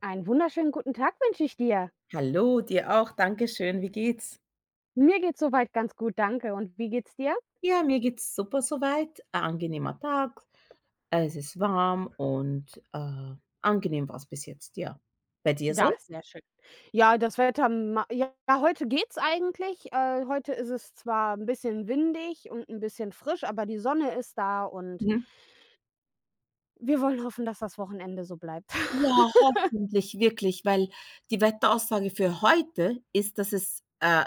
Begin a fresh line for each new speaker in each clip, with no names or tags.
Einen wunderschönen guten Tag wünsche ich dir.
Hallo, dir auch. Dankeschön. Wie geht's?
Mir geht's soweit ganz gut, danke. Und wie geht's dir?
Ja, mir geht's super soweit. Ein angenehmer Tag. Es ist warm und, angenehm war's bis jetzt, ja. Bei dir
Ja,
so?
sehr schön. Ja, das Wetter ma ja, heute geht's eigentlich. Heute ist es zwar ein bisschen windig und ein bisschen frisch, aber die Sonne ist da und
Mhm.
wir wollen hoffen, dass das Wochenende so bleibt.
Ja, hoffentlich, wirklich, weil die Wetteraussage für heute ist, dass es,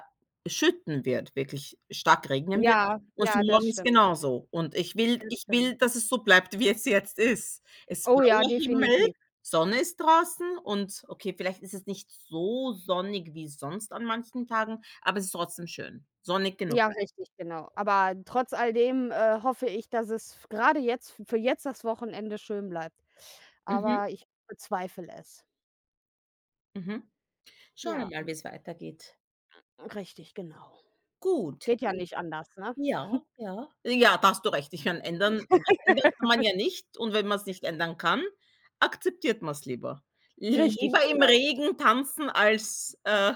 schütten wird, wirklich stark regnen wird
Ja,
und für
ja,
morgen
das
ist
stimmt.
genauso. Und ich will
Das
ich
stimmt.
will, dass es so bleibt, wie es jetzt ist. Es ist
Oh ja,
blauer Himmel,
definitiv.
Sonne ist draußen und okay, vielleicht ist es nicht so sonnig wie sonst an manchen Tagen, aber es ist trotzdem schön. Sonnig genug.
Ja, richtig, genau. Aber trotz alledem, hoffe ich, dass es gerade jetzt für jetzt das Wochenende schön bleibt.
Mhm,
Aber ich bezweifle es.
mhm. Schauen wir
Ja,
mal, wie es weitergeht.
richtig, genau.
Gut.
Geht ja nicht anders, ne?
Ja, ja. Ja, da hast du recht. Ich kann ändern Was ändern kann man ja nicht und wenn man es nicht ändern kann, akzeptiert man es lieber.
Richtig,
Lieber im
genau.
Regen tanzen, als,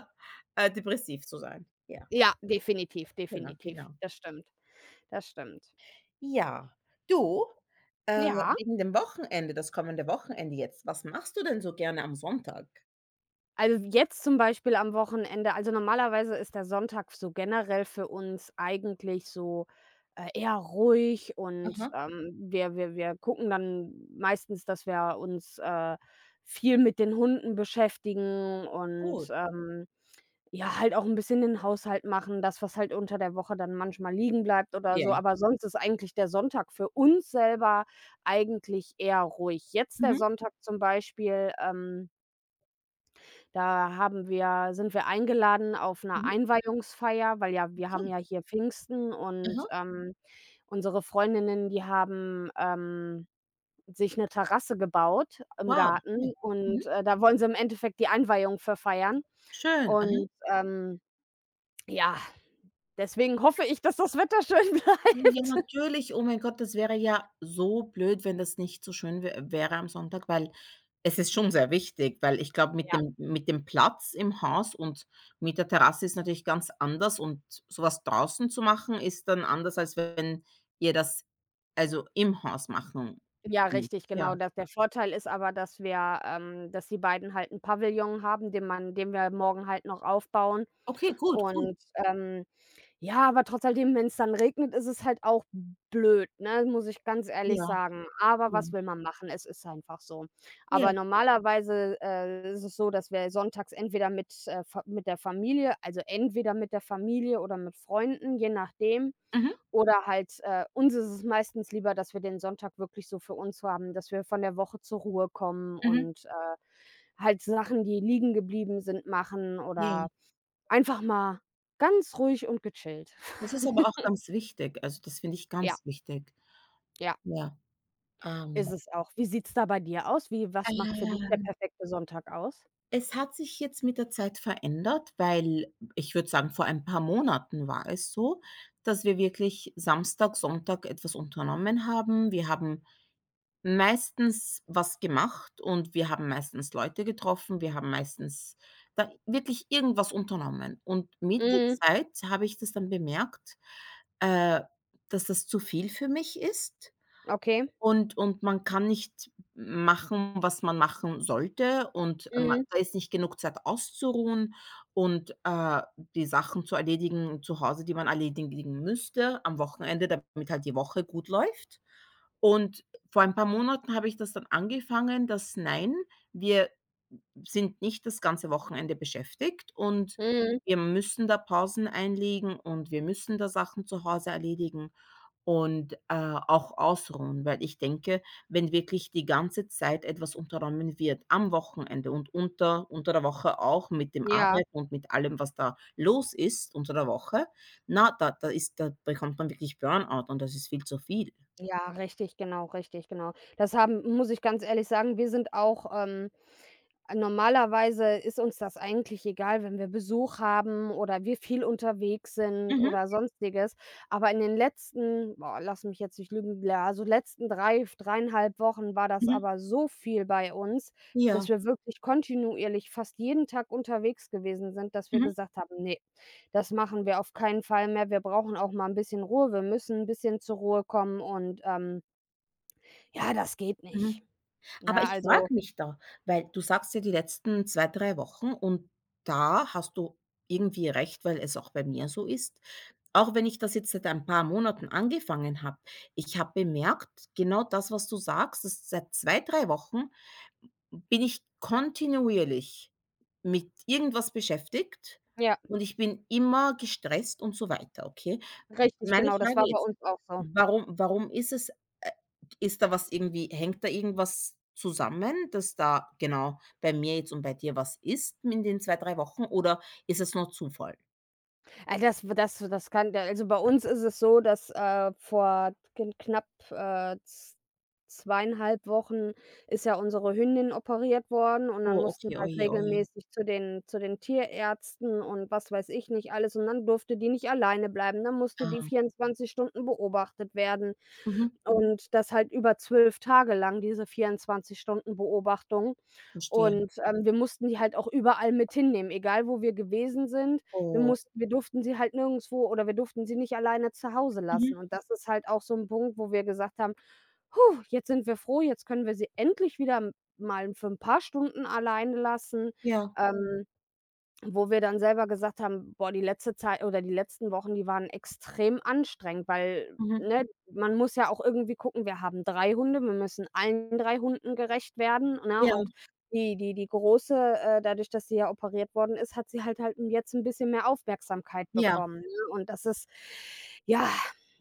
depressiv zu sein. Ja,
Ja, definitiv,
genau,
definitiv.
genau.
Das stimmt, das stimmt.
Ja, du, äh,
Ja,
wegen dem Wochenende, das kommende Wochenende jetzt, was machst du denn so gerne am Sonntag?
also jetzt zum Beispiel am Wochenende, also normalerweise ist der Sonntag so generell für uns eigentlich so, eher ruhig und,
Aha,
wir gucken dann meistens, dass wir uns, viel mit den Hunden beschäftigen und,
gut.
ja, halt auch 'n bisschen den Haushalt machen, das, was halt unter der Woche dann manchmal liegen bleibt oder
Ja.
so, aber sonst ist eigentlich der Sonntag für uns selber eigentlich eher ruhig. Jetzt der
Mhm,
Sonntag zum Beispiel, da haben wir sind wir eingeladen auf 'ner
mhm,
Einweihungsfeier, weil ja wir haben
okay.
ja hier Pfingsten und,
Aha,
unsere Freundinnen, die haben, sich 'ne Terrasse gebaut im
wow, okay.
Garten
Mhm,
und, da wollen sie im Endeffekt die Einweihung für feiern
schön, aha.
und, ja. Deswegen hoffe ich, dass das Wetter schön
Ja,
bleibt.
natürlich. Oh mein Gott, das wäre ja so blöd, wenn das nicht so schön wä wäre am Sonntag, weil es ist schon sehr wichtig, weil ich glaube, mit
Ja.
dem Platz im Haus und mit der Terrasse ist natürlich ganz anders und sowas draußen zu machen, ist dann anders, als wenn ihr das also im Haus machen
Ja,
müsst.
richtig, genau.
Ja.
Ja. Der Vorteil ist aber, dass wir dass die beiden halt 'n Pavillon haben, den wir morgen halt noch aufbauen.
Okay, gut, gut.
Und, ähm, ja, aber trotz alledem, wenn's dann regnet, ist es halt auch blöd, ne, muss ich ganz ehrlich
Ja,
sagen. Aber
ja,
was will man machen? Es ist einfach so. Aber
ja.
normalerweise, ist es so, dass wir sonntags entweder mit, Fa mit der Familie, also entweder mit der Familie oder mit Freunden, je nachdem.
Mhm,
Oder halt uns ist es meistens lieber, dass wir den Sonntag wirklich so für uns haben, dass wir von der Woche zur Ruhe kommen
mhm.
und, halt Sachen, die liegen geblieben sind, machen
Ja.
oder einfach mal ganz ruhig und gechillt.
Das ist aber auch ganz wichtig. Also, das finde ich
Ja,
ganz wichtig.
ja,
Ja, ähm,
ist es auch. Wie sieht's da bei dir aus? Wie was macht für dich der
äh
perfekte Sonntag aus?
es hat sich jetzt mit der Zeit verändert, weil ich würde sagen, vor ein paar Monaten war es so, dass wir wirklich Samstag, Sonntag etwas unternommen haben. Wir haben meistens was gemacht und wir haben meistens Leute getroffen. Wir haben meistens da wirklich irgendwas unternommen. Und mit der
Mhm,
Zeit habe ich das dann bemerkt, äh, dass das zu viel für mich ist
okay.
und man kann nicht machen, was man machen sollte und ma
Mhm,
da ist nicht genug Zeit auszuruhen und, die Sachen zu erledigen zu Hause, die man erledigen müsste am Wochenende, damit halt die Woche gut läuft. Und vor ein paar Monaten habe ich das dann angefangen, dass: „Nein, wir sind nicht das ganze Wochenende beschäftigt und
mhm.
wir müssen da Pausen einlegen und wir müssen da Sachen zu Hause erledigen." Und, auch ausruhen, weil ich denke, wenn wirklich die ganze Zeit etwas unternommen wird, am Wochenende und unter der Woche auch mit dem
Ja,
Arbeiten und mit allem, was da los ist unter der Woche, na, da bekommt man wirklich Burnout und das ist viel zu viel.
ja, richtig, genau, richtig, genau. Das haben muss ich ganz ehrlich sagen, wir sind auch, normalerweise ist uns das eigentlich egal, wenn wir Besuch haben oder wir viel unterwegs sind
Mhm,
oder Sonstiges. Aber in den letzten, boah, lass mich jetzt nicht lügen, ja, also letzten 3 dreieinhalb Wochen war das
mhm.
aber so viel bei uns,
Ja.
dass wir wirklich kontinuierlich fast jeden Tag unterwegs gewesen sind, dass wir
Mhm,
gesagt haben: nee, das machen wir auf keinen Fall mehr. Wir brauchen auch mal ein bisschen Ruhe. Wir müssen ein bisschen zur Ruhe kommen und, ja, das geht
mhm.
nicht.“
Aber
Na
ich
also
frage mich da, weil du sagst ja die letzten 2 3 Wochen und da hast du irgendwie recht, weil es auch bei mir so ist. Auch wenn ich das jetzt seit ein paar Monaten angefangen habe, ich habe bemerkt, genau das, was du sagst, dass seit 2 3 Wochen bin ich kontinuierlich mit irgendwas beschäftigt
ja,
und ich bin immer gestresst und so weiter, okay?
richtig,
Meine
genau, das
Frage
war bei
jetzt,
uns auch so.
warum ist es, äh, ist da was irgendwie hängt da irgendwas zusammen, dass da genau bei mir jetzt und bei dir was ist in den 2 3 Wochen oder ist es nur Zufall?
Ah, das kann, also, bei uns ist es so, dass, vor kn knapp, z 2,5 Wochen ist ja unsere Hündin operiert worden und dann
Oh,
mussten wir
okay, oh
halt
je, oh.
regelmäßig zu den Tierärzten und was weiß ich nicht alles und dann durfte die nicht alleine bleiben, dann musste die
Ah,
24 Stunden beobachtet werden
mhm,
und das halt über 12 Tage lang, diese 24 Stunden Beobachtung
verstehe.
und, wir mussten die halt auch überall mit hinnehmen, egal wo wir gewesen sind. wir
Oh.
mussten wir durften sie halt nirgendwo, oder wir durften sie nicht alleine zu Hause
Mhm.
lassen. Und das ist halt auch so ein Punkt, wo wir gesagt haben: „Hu, jetzt sind wir froh, jetzt können wir sie endlich wieder m mal für ein paar Stunden alleine lassen.“
Ja.
Ähm, Wo wir dann selber gesagt haben: „Boah, die letzte Zeit oder die letzten Wochen, die waren extrem anstrengend“, weil,
Mhm.
ne, man muss ja auch irgendwie gucken, wir haben 3 Hunde, wir müssen allen 3 Hunden gerecht werden, ne?
Ja,
Und die Große, dadurch, dass sie ja operiert worden ist, hat sie halt jetzt ein bisschen mehr Aufmerksamkeit
ja.
bekommen, ne? Und das ist ja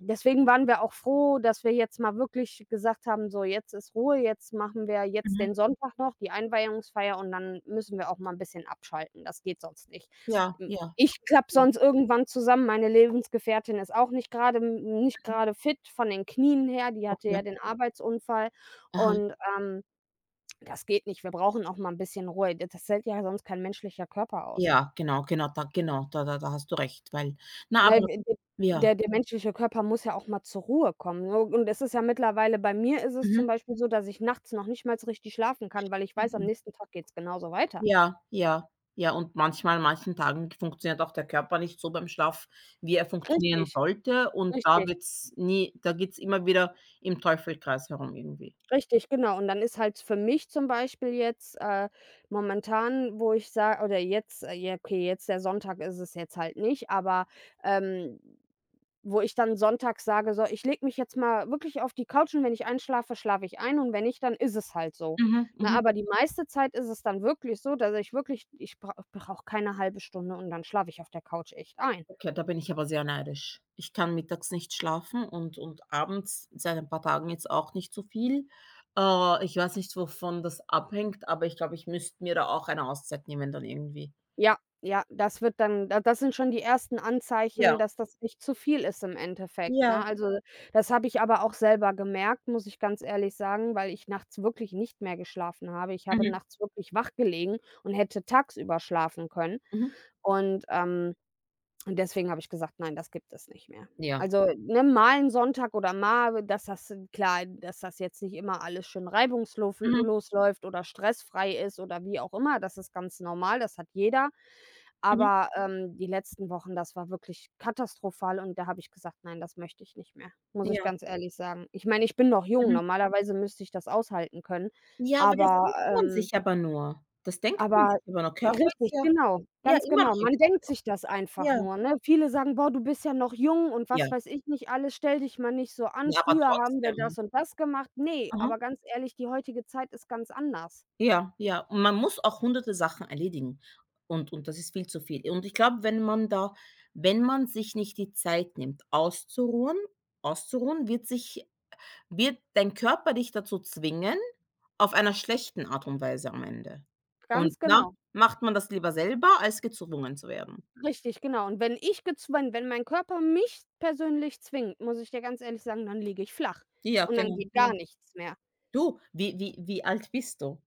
Deswegen waren wir auch froh, dass wir jetzt mal wirklich gesagt haben: „So, jetzt ist Ruhe, jetzt machen wir jetzt den
Mhm.
Sonntag noch, die Einweihungsfeier, und dann müssen wir auch mal 'n bisschen abschalten. Das geht sonst nicht.“
Ja, ja.
Ich klappe
Mhm.
sonst irgendwann zusammen. Meine Lebensgefährtin ist auch nicht grade n nicht
Mhm.
grade fit von den Knien her. Die hatte
Okay.
ja den Arbeitsunfall
Aha.
und, ähm, das geht nicht. Wir brauchen auch mal 'n bisschen Ruhe. D das hält ja sonst kein menschlicher Körper aus.
Ja, genau, genau, da genau, da hast du recht, weil na,
Ne,
aber
d d
ja.
der der menschliche Körper muss ja auch mal zur Ruhe kommen, ne? Und es ist ja mittlerweile, bei mir ist es zum
Mhm.
Beispiel so, dass ich nachts noch nicht mal so richtig schlafen kann, weil ich weiß, am
Mhm.
nächsten Tag geht's genauso weiter.
Ja, ja, ja, und manchmal an manchen Tagen funktioniert auch der Körper nicht so beim Schlaf, wie er funktionieren
Richtig,
sollte und da
richtig.
wird's nie da geht's immer wieder im Teufelskreis herum irgendwie.
Richtig, genau. Und dann ist halt für mich zum Beispiel jetzt, momentan, wo ich sage, oder jetzt, ja, okay, jetzt der Sonntag ist es jetzt halt nicht, aber, ähm, wo ich dann sonntags sage: „So, ich lege mich jetzt mal wirklich auf die Couch und wenn ich einschlafe, schlafe ich ein und wenn nicht, dann ist es halt so.“
Mhm,
Na,
mhm.
aber die meiste Zeit ist es dann wirklich so, dass ich wirklich ich brau brauche brauch keine halbe Stunde und dann schlafe ich auf der Couch echt ein.
Okay, da bin ich aber sehr neidisch. Ich kann mittags nicht schlafen und abends seit ein paar Tagen jetzt auch nicht so viel. Ich weiß nicht, wovon das abhängt, aber ich glaube, ich müsste mir da auch eine Auszeit nehmen dann irgendwie.
Ja, ja, das wird dann da das sind schon die ersten Anzeichen,
Ja,
dass das nicht zu viel ist im Endeffekt, ne?
ja.
Also, das habe ich aber auch selber gemerkt, muss ich ganz ehrlich sagen, weil ich nachts wirklich nicht mehr geschlafen habe. Ich habe
Mhm,
nachts wirklich wach gelegen und hätte tagsüber schlafen können.
mhm.
Und, ähm, und deswegen habe ich gesagt: „Nein, das gibt es nicht mehr.“
Ja.
Also, ne, mal 'n Sonntag, oder mal, dass das klar, dass das jetzt nicht immer alles schön reibungslof
Mhm,
los läuft oder stressfrei ist oder wie auch immer, das ist ganz normal, das hat jeder.
mhm.
Aber, die letzten Wochen, das war wirklich katastrophal und da habe ich gesagt: „Nein, das möchte ich nicht mehr“, muss ich
Ja,
ganz ehrlich sagen. Ich meine, ich bin noch jung,
mhm.
normalerweise müsste ich das aushalten können,
Ja, aber das
aber,
denkt man
ähm
sich aber nur. Das denkt man
aber
sich aber nur. Körper ist
richtig,
ja
genau,
ja,
ganz
immer
genau.
noch im
Man denkt
Körper.
sich das einfach
Ja,
nur, ne? Viele sagen: „Boah, du bist ja noch jung und was
ja.
weiß ich nicht alles, stell dich mal nicht so an.
Ja, aber
Früher haben wir
trotzdem.
das und das gemacht.“ Nee,
Aha.
aber ganz ehrlich, die heutige Zeit ist ganz anders.
Ja, ja. Und man muss auch hunderte Sachen erledigen und das ist viel zu viel. Und ich glaube, wenn man sich nicht die Zeit nimmt, auszuruhen, wird dein Körper dich dazu zwingen, auf einer schlechten Art und Weise am Ende. Und
Ganz
na,
genau.
macht man das lieber selber, als gezwungen zu werden.
Richtig, genau. Und wenn ich gezwungen, wenn mein Körper mich persönlich zwingt, muss ich dir ganz ehrlich sagen, dann liege ich flach
Ja,
und dann
genau,
geht gar
genau.
nichts mehr.
Du, wie alt bist du?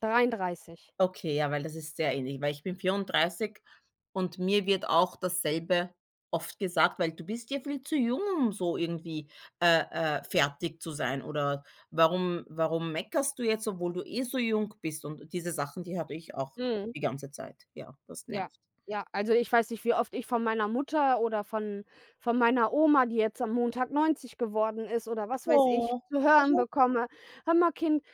33.
Okay, ja, weil das ist sehr ähnlich, weil ich bin 34 und mir wird auch dasselbe oft gesagt, weil: „Du bist ja viel zu jung, um so irgendwie, äh, fertig zu sein" oder „Warum meckerst du jetzt, obwohl du eh so jung bist?" Und diese Sachen, die hatte ich auch
Mhm.
die ganze Zeit. Ja, das
Ja,
nervt.
ja, also, ich weiß nicht, wie oft ich von meiner Mutter oder von meiner Oma, die jetzt am Montag 90 geworden ist oder was weiß ich,
Oh,
zu hören
aha,
bekomme: „Hör mal Kind,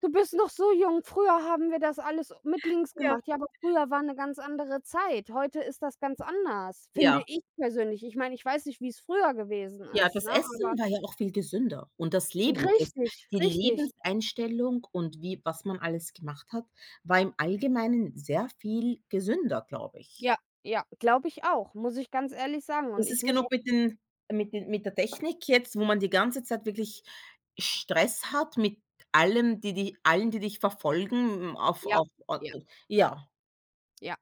du bist noch so jung. Früher haben wir das alles mit links
ja.
gemacht.“ Ja, aber früher war eine ganz andere Zeit. Heute ist das ganz anders, finde
Ja.
ich persönlich. Ich meine, ich weiß nicht, wie es früher gewesen
Ja,
ist,
das
ne, aber
Essen war ja auch viel gesünder und das Leben, das
richtig,
die
richtig.
Lebenseinstellung und wie was man alles gemacht hat, war im Allgemeinen sehr viel gesünder, glaube ich.
Ja, ja, glaube ich auch, muss ich ganz ehrlich sagen, und
Das
ich
ist
muss
genug
auch,
mit den mit der Technik jetzt, wo man die ganze Zeit wirklich Stress hat mit allem, die allen, die dich verfolgen auf
ja, ja,
ja,
ja.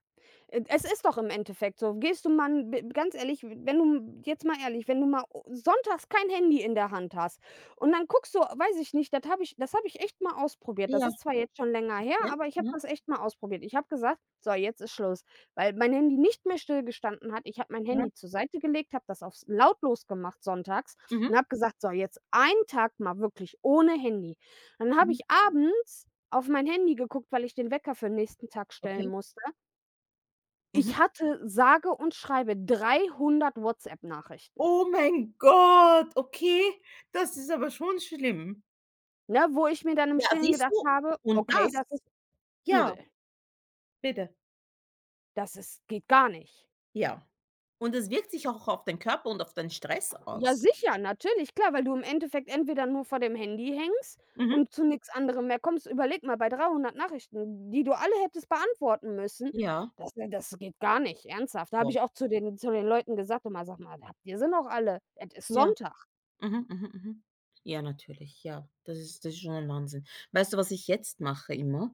Es ist doch im Endeffekt so. Gehst du mal 'n b ganz ehrlich, wenn du jetzt mal ehrlich, wenn du mal o sonntags kein Handy in der Hand hast und dann guckst du weiß ich nicht, das habe ich echt mal ausprobiert. Das
ja,
ist zwar jetzt schon länger her,
ja,
aber ich habe
ja,
das echt mal ausprobiert. Ich habe gesagt: „So, jetzt ist Schluss“, weil mein Handy nicht mehr stillgestanden hat. Ich habe mein
ja,
Handy zur Seite gelegt, habe das auf s lautlos gemacht sonntags,
mhm,
und habe gesagt: „So, jetzt einen Tag mal wirklich ohne Handy.“ Dann habe
mhm,
ich abends auf mein Handy geguckt, weil ich den Wecker für den nächsten Tag stellen
okay,
musste.
mhm.
Ich hatte sage und schreibe 300 WhatsApp-Nachrichten,
Oh mein Gott, okay, das ist aber schon schlimm.
ne, wo ich mir dann im
Ja,
Stillen
siehst
gedacht
du?
habe:
Und
„Okay,
das
das ist
ja.
übel.
Bitte?
Das ist geht gar nicht.“
Ja. Und es wirkt sich auch auf den Körper und auf den Stress
Ja,
aus.
sicher, natürlich, klar, weil du im Endeffekt entweder nur vor dem Handy hängst
Mhm.
und zu nix anderem mehr kommst. Überleg mal, bei 300 Nachrichten, die du alle hättest beantworten müssen,
Ja,
das, ne, das geht gar nicht, ernsthaft. Da habe
doch.
ich auch zu den Leuten gesagt: „Hör mal, sag mal, habt ihr sie noch alle? Es ist
Ja.
Sonntag.“
Mhm, mhm, mhm. Ja, natürlich, ja. Das ist schon ein Wahnsinn. Weißt du, was ich jetzt mache immer?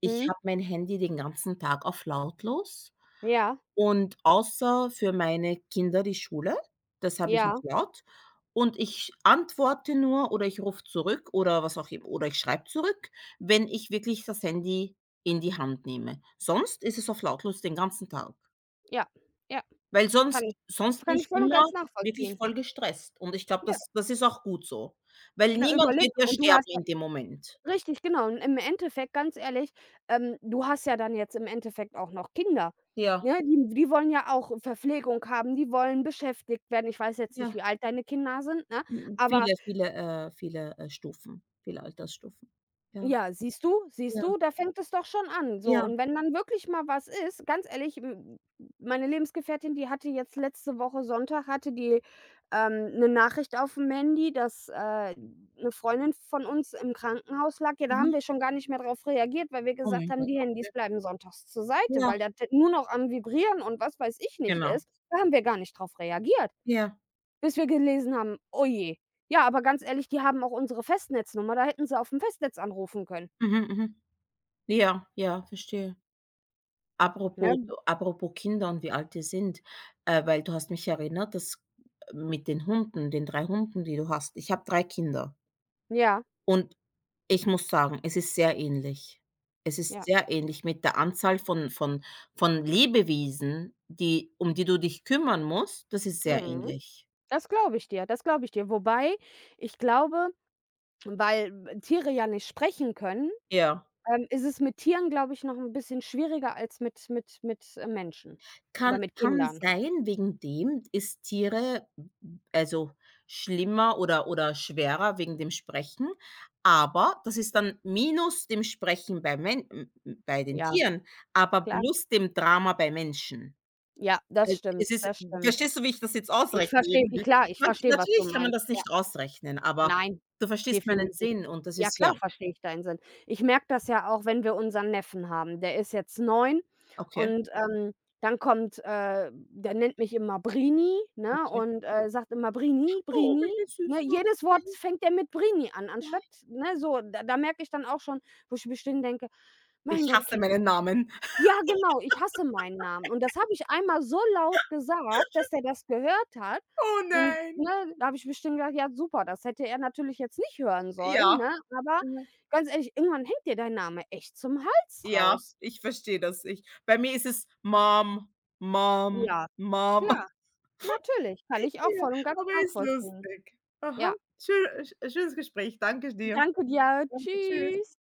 Ich
Mhm.
habe mein Handy den ganzen Tag auf lautlos.
Ja,
Und außer für meine Kinder die Schule, das habe ich
ja,
nicht laut. Und ich antworte nur oder ich rufe zurück oder was auch immer oder ich schreibe zurück, wenn ich wirklich das Handy in die Hand nehme. Sonst ist es auf lautlos den ganzen Tag,
ja, ja.
weil
Kann
sonst
ich das
sonst bin
kann
ich
ich voll und
immer
ganz
wirklich
nachvollziehen.
voll gestresst und ich glaube,
Ja,
das ist auch gut so, weil
na,
niemand
überleg
wird ja
mal, und du
sterben
hast ja
in dem Moment.
richtig, genau. Und im Endeffekt, ganz ehrlich, du hast ja dann jetzt im Endeffekt auch noch Kinder,
Ja,
ne? Die wollen ja auch Verpflegung haben, die wollen beschäftigt werden. Ich weiß jetzt nicht,
ja,
wie alt deine Kinder sind, ne? Aber
viele, Stufen, viele Altersstufen. Ja,
Ja, siehst
ja,
du, da fängt es doch schon an, so.
ja,
Und wenn man wirklich mal was ist, ganz ehrlich, m meine Lebensgefährtin, die hatte jetzt letzte Woche Sonntag hatte die, 'ne Nachricht auf dem Handy, dass, 'ne Freundin von uns im Krankenhaus lag. Ja, da haben
mhm.
wir schon gar nicht mehr drauf reagiert, weil wir
Oh
gesagt
mein
haben,
Gott,
die Handys
okay.
bleiben sonntags zur Seite,
Ja,
weil das nur noch am Vibrieren und was weiß ich nicht
genau.
ist. Da haben wir gar nicht drauf reagiert,
Ja.
bis wir gelesen haben: „Oh je.“ Ja, aber ganz ehrlich, die haben auch unsere Festnetznummer, da hätten sie auf dem Festnetz anrufen können.
Mhm, mhm. Ja, ja, verstehe.
Ne?
Apropos Kinder und wie alt die sind, weil du hast mich erinnert, dass, mit den 3 Hunden, die du hast ich habe 3 Kinder
Ja,
und ich muss sagen, es ist sehr ähnlich. Es ist
ja.
sehr ähnlich mit der Anzahl von Lebewesen, die um die du dich kümmern musst, das ist sehr
Mhm.
ähnlich.
Das glaube ich dir, das glaube ich dir. Wobei, ich glaube, weil Tiere ja nicht sprechen können,
Ja.
ist es mit Tieren, glaube ich, noch ein bisschen schwieriger als mit, Menschen oder
Kann
mit
kann
Kindern.
sein, wegen dem ist Tiere also, schlimmer oder schwerer wegen dem Sprechen, aber das ist dann minus dem Sprechen bei Men m m bei den
Ja,
Tieren, aber
klar.
plus dem Drama bei Menschen.
Ja, das
Also, es
stimmt,
ist
das stimmt.
verstehst du, wie ich das jetzt
Ich
ausrechne
verstehe,
irgendwie?
klar, ich
Man
verstehe, was du
Natürlich kann man
meinst.
das nicht ausrechnen, aber
Nein,
du verstehst meinen
definitiv.
Sinn und das
Ja
ist ja,
klar, verstehe ich deinen Sinn. Ich merke das ja auch, wenn wir unseren Neffen haben. Der ist jetzt 9
okay,
und, dann kommt, der nennt mich immer Brini, ne,
okay.
und, sagt immer: „Brini,
Oh,
Brini“,
meine
ne?
Süße.
Jedes Wort fängt er mit Brini an,
Ja.
anstatt, ne, so. Da merke ich dann auch schon, wo ich bestimmt denke: „Mein
Ich
Gott,
hasse
Kind,
meinen Namen.
ja, genau, ich hasse meinen Namen. Und das habe ich einmal so laut gesagt, dass er das gehört hat.
Oh
Und,
nein.
ne, da habe ich bestimmt gedacht: „Ja, super, das hätte er natürlich jetzt nicht hören sollen“,
Ja.
ne? Aber ganz ehrlich, irgendwann hängt dir dein Name echt zum Hals
Ja,
raus.
ich verstehe das. Ich Bei mir ist es Mom, Mom,
Ja,
Mom.
klar, natürlich, kann ich auch
Ja,
voll und ganz
aber ist
nachvollziehen.
lustig. Aha,
Ja,
schön, schönes Gespräch. Danke dir.
danke dir.
Danke, tschüss.
Tschüss.